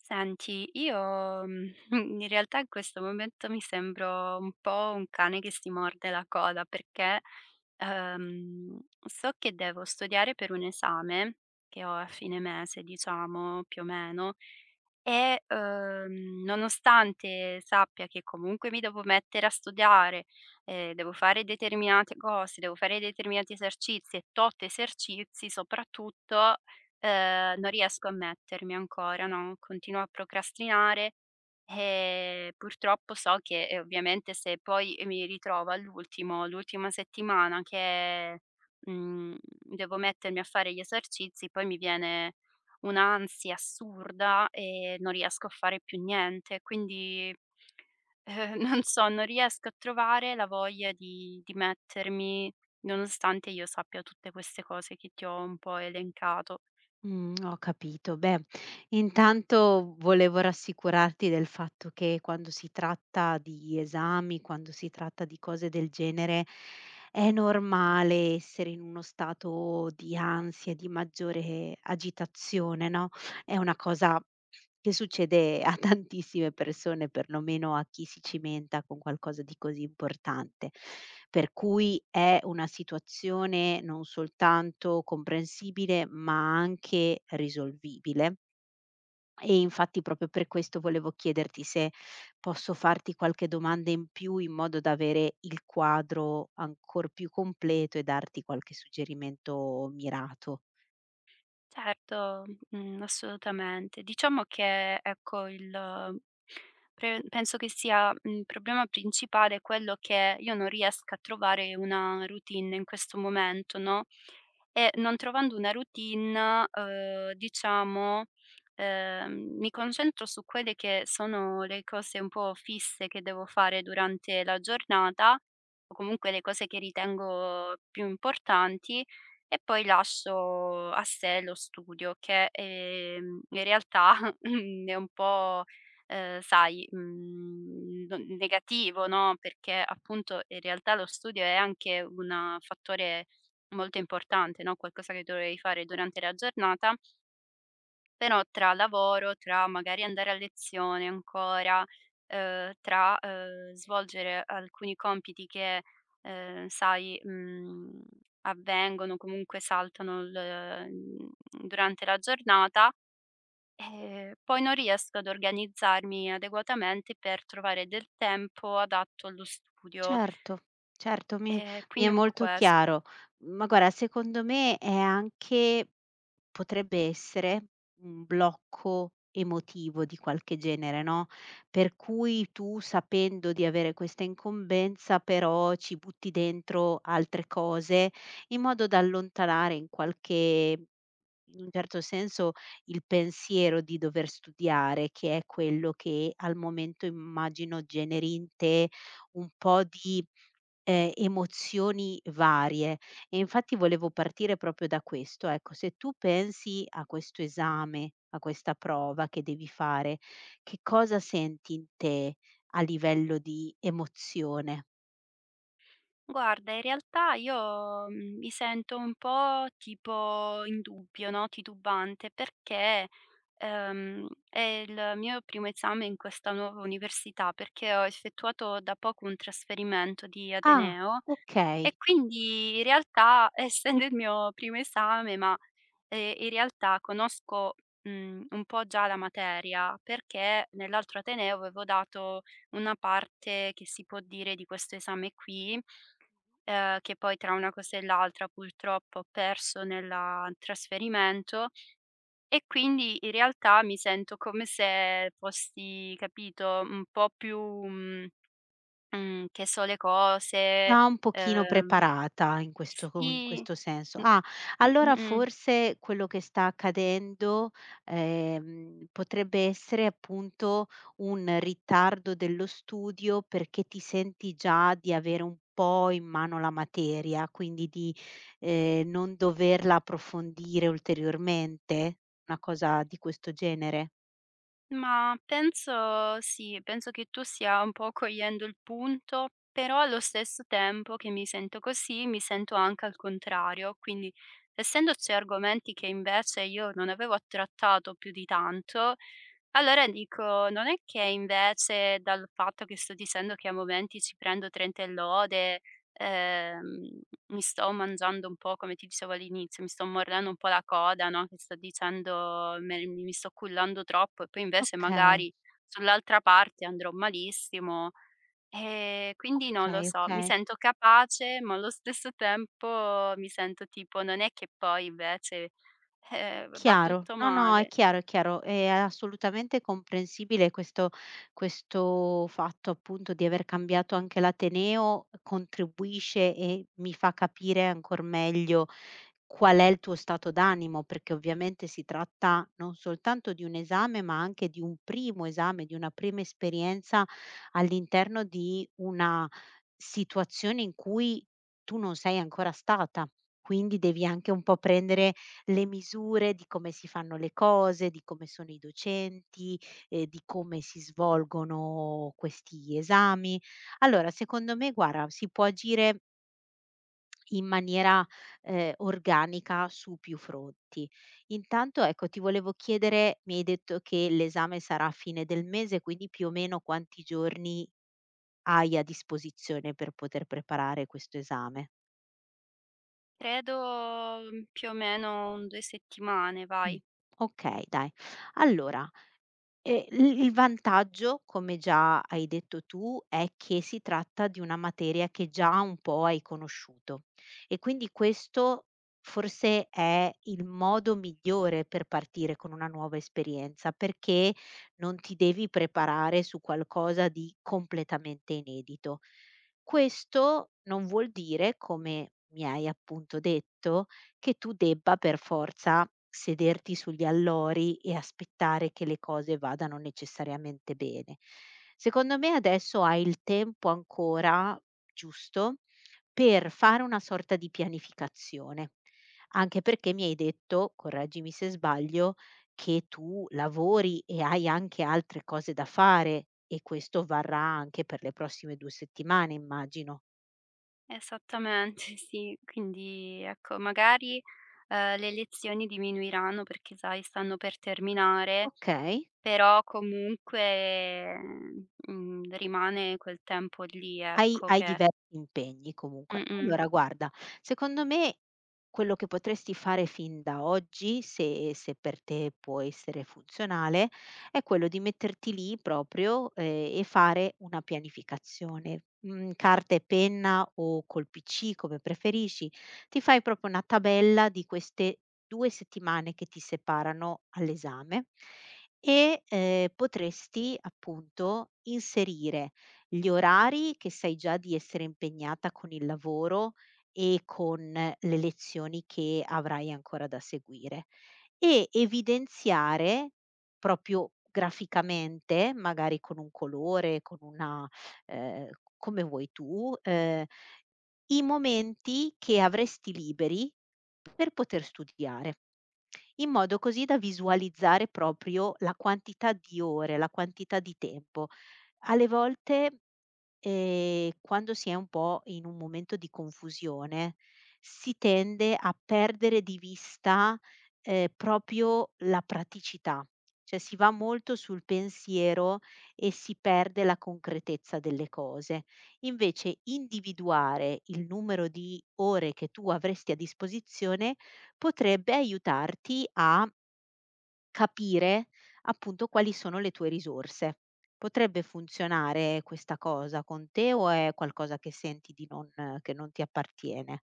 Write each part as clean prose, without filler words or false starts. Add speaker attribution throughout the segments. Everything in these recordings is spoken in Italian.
Speaker 1: Senti, io in realtà in questo momento mi sembro un po' un cane che si morde la coda perché, ehm, so che devo studiare per un esame che ho a fine mese, diciamo, più o meno, e, nonostante sappia che comunque mi devo mettere a studiare, devo fare determinate cose, devo fare determinati esercizi e tot esercizi soprattutto. Non riesco a mettermi ancora, no, continuo a procrastinare e purtroppo so che, ovviamente se poi mi ritrovo all'ultimo l'ultima settimana che, devo mettermi a fare gli esercizi, poi mi viene un'ansia assurda e non riesco a fare più niente. Quindi, non so, non riesco a trovare la voglia di mettermi, nonostante io sappia tutte queste cose che ti ho un po' elencato.
Speaker 2: Ho capito. Beh, intanto volevo rassicurarti del fatto che quando si tratta di esami, quando si tratta di cose del genere, è normale essere in uno stato di ansia, di maggiore agitazione, no, è una cosa che succede a tantissime persone, perlomeno a chi si cimenta con qualcosa di così importante. Per cui è una situazione non soltanto comprensibile, ma anche risolvibile. E infatti proprio per questo volevo chiederti se posso farti qualche domanda in più in modo da avere il quadro ancor più completo e darti qualche suggerimento mirato.
Speaker 1: Certo, assolutamente. Diciamo che, ecco, il pre penso che sia, il problema principale quello che io non riesca a trovare una routine in questo momento, no, e non trovando una routine, diciamo, mi concentro su quelle che sono le cose un po' fisse che devo fare durante la giornata o comunque le cose che ritengo più importanti e poi lascio a sé lo studio che, in realtà è un po', sai, no negativo, no, perché appunto in realtà lo studio è anche una fattore molto importante, no, qualcosa che dovevi fare durante la giornata però tra lavoro, tra magari andare a lezione ancora, tra, svolgere alcuni compiti che, sai, avvengono, comunque saltano il mhmm, durante la giornata, poi non riesco ad organizzarmi adeguatamente per trovare del tempo adatto allo studio.
Speaker 2: Certo, certo, mi mi è
Speaker 1: Quindi un po'
Speaker 2: molto
Speaker 1: questo.
Speaker 2: chiaro. Ma guarda, secondo me è anche potrebbe essere un blocco emotivo di qualche genere, no, per cui tu sapendo di avere questa incombenza, però ci butti dentro altre cose, in modo da allontanare in qualche in un certo senso, il pensiero di dover studiare, che è quello che al momento immagino generi in te un po' di emozioni varie. E infatti volevo partire proprio da questo, ecco, se tu pensi a questo esame, a questa prova che devi fare, che cosa senti in te a livello di emozione?
Speaker 1: Guarda, in realtà io, mi sento un po' tipo in dubbio, no, titubante, perché, è il mio primo esame in questa nuova università, perché ho effettuato da poco un trasferimento di
Speaker 2: "Ah,
Speaker 1: ateneo e
Speaker 2: okay."
Speaker 1: quindi in realtà, essendo il mio primo esame, ma, in realtà conosco, un po' già la materia, perché nell'altro ateneo avevo dato una parte che si può dire di questo esame qui, che poi tra una cosa e l'altra purtroppo ho perso nella trasferimento e quindi in realtà mi sento come se fossi, capito, un po' più, che so le cose,
Speaker 2: Già un pochino
Speaker 1: ehm
Speaker 2: preparata in questo co in
Speaker 1: sì,
Speaker 2: questo senso.
Speaker 1: mh,
Speaker 2: Ah, allora
Speaker 1: mh-mh.
Speaker 2: forse quello che sta accadendo, potrebbe essere appunto un ritardo dello studio perché ti senti già di avere un po' in mano la materia, quindi di, non doverla approfondire ulteriormente? Una cosa di questo genere?
Speaker 1: Ma penso sì, penso che tu stia un po' cogliendo il punto, però allo stesso tempo che mi sento così, mi sento anche al contrario. Quindi essendoci argomenti che invece io non avevo trattato più di tanto, allora dico: "Non è che invece dal fatto che sto dicendo che a momenti ci prendo 30 e lode, ehm, mi sto mangiando un po', come ti dicevo all'inizio, mi sto mordendo un po' la coda, no, che sto dicendo me mi sto cullando troppo e poi invece
Speaker 2: Okay,
Speaker 1: magari sull'altra parte andrò malissimo. Quindi non lo
Speaker 2: okay,
Speaker 1: so, mi
Speaker 2: okay.
Speaker 1: sento capace, ma allo stesso tempo mi sento tipo: "Non è che poi invece, va
Speaker 2: Chiaro,
Speaker 1: tutto
Speaker 2: no, no, è
Speaker 1: male."
Speaker 2: chiaro, è chiaro, è assolutamente comprensibile questo fatto appunto di aver cambiato anche l'ateneo, contribuisce e mi fa capire ancor meglio qual è il tuo stato d'animo, perché ovviamente si tratta non soltanto di un esame, ma anche di un primo esame, di una prima esperienza all'interno di una situazione in cui tu non sei ancora stata. Quindi devi anche un po' prendere le misure di come si fanno le cose, di come sono i docenti, di come si svolgono questi esami. Allora, secondo me guarda, si può agire in maniera, organica su più fronti. Intanto, ecco, ti volevo chiedere mi hai detto che l'esame sarà a fine del mese, quindi più o meno quanti giorni hai a disposizione per poter preparare questo esame?
Speaker 1: Credo, più o meno un 2 settimane,
Speaker 2: Mh,
Speaker 1: vai.
Speaker 2: okay dai. Allora e il vantaggio, come già hai detto tu, è che si tratta di una materia che già un po' hai conosciuto e quindi questo forse è il modo migliore per partire con una nuova esperienza, perché non ti devi preparare su qualcosa di completamente inedito. Questo non vuol dire, come mi hai appunto detto, che tu debba per forza sederti sugli allori e aspettare che le cose vadano necessariamente bene. Secondo me adesso hai il tempo ancora giusto per fare una sorta di pianificazione, anche perché mi hai detto, correggimi se sbaglio, che tu lavori e hai anche altre cose da fare e questo varrà anche per le prossime 2 settimane immagino.
Speaker 1: Esattamente, sì. Quindi ecco, magari, le lezioni diminuiranno perché sai stanno per terminare,
Speaker 2: Okay.
Speaker 1: però comunque, rimane quel tempo lì,
Speaker 2: Hai
Speaker 1: ecco,
Speaker 2: hai
Speaker 1: che
Speaker 2: diversi impegni comunque.
Speaker 1: mh-mh.
Speaker 2: Allora mh, guarda, secondo me quello che potresti fare fin da oggi, se per te può essere funzionale, è quello di metterti lì proprio, e fare una pianificazione. Mhmm, carta e penna o col PC come preferisci, ti fai proprio una tabella di queste 2 settimane che ti separano all'esame e, potresti appunto inserire gli orari che sai già di essere impegnata con il lavoro e con le lezioni che avrai ancora da seguire e evidenziare proprio graficamente, magari con un colore, con una, ehm, come vuoi tu, i momenti che avresti liberi per poter studiare. In modo così da visualizzare proprio la quantità di ore, la quantità di tempo. Alle volte, quando si è un po' in un momento di confusione, si tende a perdere di vista, proprio la praticità, cioè si va molto sul pensiero e si perde la concretezza delle cose. Invece individuare il numero di ore che tu avresti a disposizione potrebbe aiutarti a capire appunto quali sono le tue risorse. Potrebbe funzionare questa cosa con te o è qualcosa che senti di non che non ti appartiene?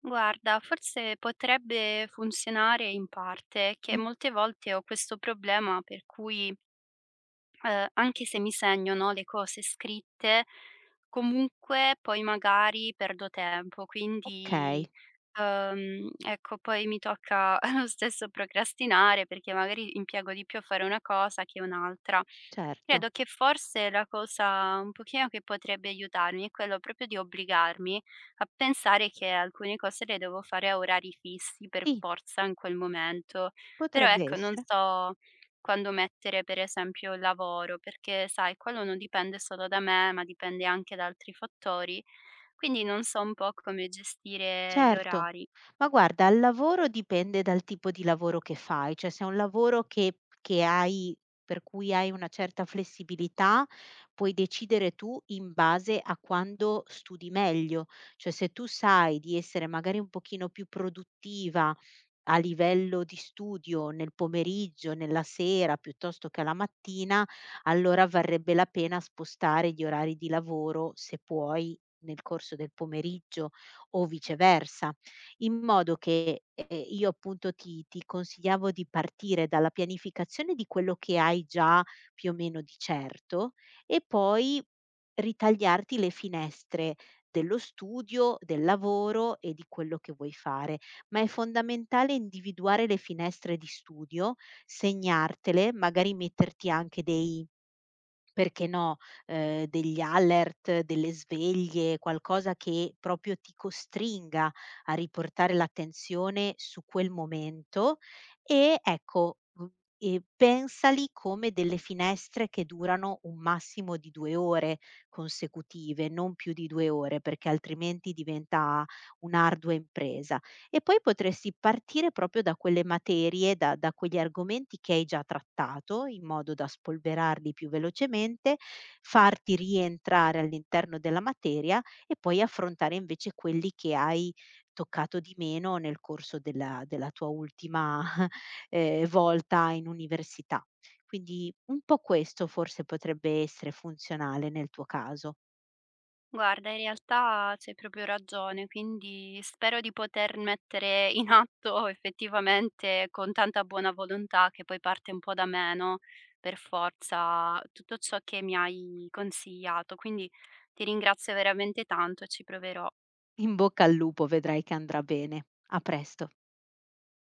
Speaker 1: Guarda, forse potrebbe funzionare in parte,
Speaker 2: Mh.
Speaker 1: che molte volte ho questo problema per cui. Anche se mi segno, no, le cose scritte, comunque poi magari perdo tempo, quindi,
Speaker 2: Okay,
Speaker 1: ecco poi mi tocca lo stesso procrastinare perché magari impiego di più a fare una cosa che un'altra.
Speaker 2: certo.
Speaker 1: Credo che forse la cosa un pochino che potrebbe aiutarmi è quello proprio di obbligarmi a pensare che alcune cose le devo fare a orari fissi per
Speaker 2: Sì,
Speaker 1: forza in quel momento. Però
Speaker 2: potrebbe
Speaker 1: ecco, non
Speaker 2: essere.
Speaker 1: so quando mettere per esempio il lavoro, perché sai, quello non dipende solo da me, ma dipende anche da altri fattori. Quindi non so un po' come gestire gli
Speaker 2: Certo.
Speaker 1: orari.
Speaker 2: Ma guarda, al lavoro dipende dal tipo di lavoro che fai, cioè se è un lavoro che hai per cui hai una certa flessibilità, puoi decidere tu in base a quando studi meglio. Cioè se tu sai di essere magari un pochino più produttiva a livello di studio nel pomeriggio, nella sera, piuttosto che alla mattina, allora varrebbe la pena spostare gli orari di lavoro, se puoi, nel corso del pomeriggio o viceversa, in modo che, io appunto ti consigliavo di partire dalla pianificazione di quello che hai già più o meno di certo e poi ritagliarti le finestre dello studio, del lavoro e di quello che vuoi fare. Ma è fondamentale individuare le finestre di studio, segnartele, magari metterti anche dei perché no, degli alert, delle sveglie, qualcosa che proprio ti costringa a riportare l'attenzione su quel momento e ecco, mhmm, pensali come delle finestre che durano un massimo di 2 ore consecutive, non più di 2 ore, perché altrimenti diventa un'ardua impresa. E poi potresti partire proprio da quelle materie, da quegli argomenti che hai già trattato, in modo da spolverarli più velocemente, farti rientrare all'interno della materia e poi affrontare invece quelli che hai toccato di meno nel corso della tua ultima, volta in università. Quindi un po' questo forse potrebbe essere funzionale nel tuo caso.
Speaker 1: Guarda, in realtà c'hai proprio ragione, quindi spero di poter mettere in atto effettivamente con tanta buona volontà che poi parte un po' da me, no, per forza, tutto ciò che mi hai consigliato. Quindi ti ringrazio veramente tanto e ci proverò.
Speaker 2: In bocca al lupo, vedrai che andrà bene. A presto.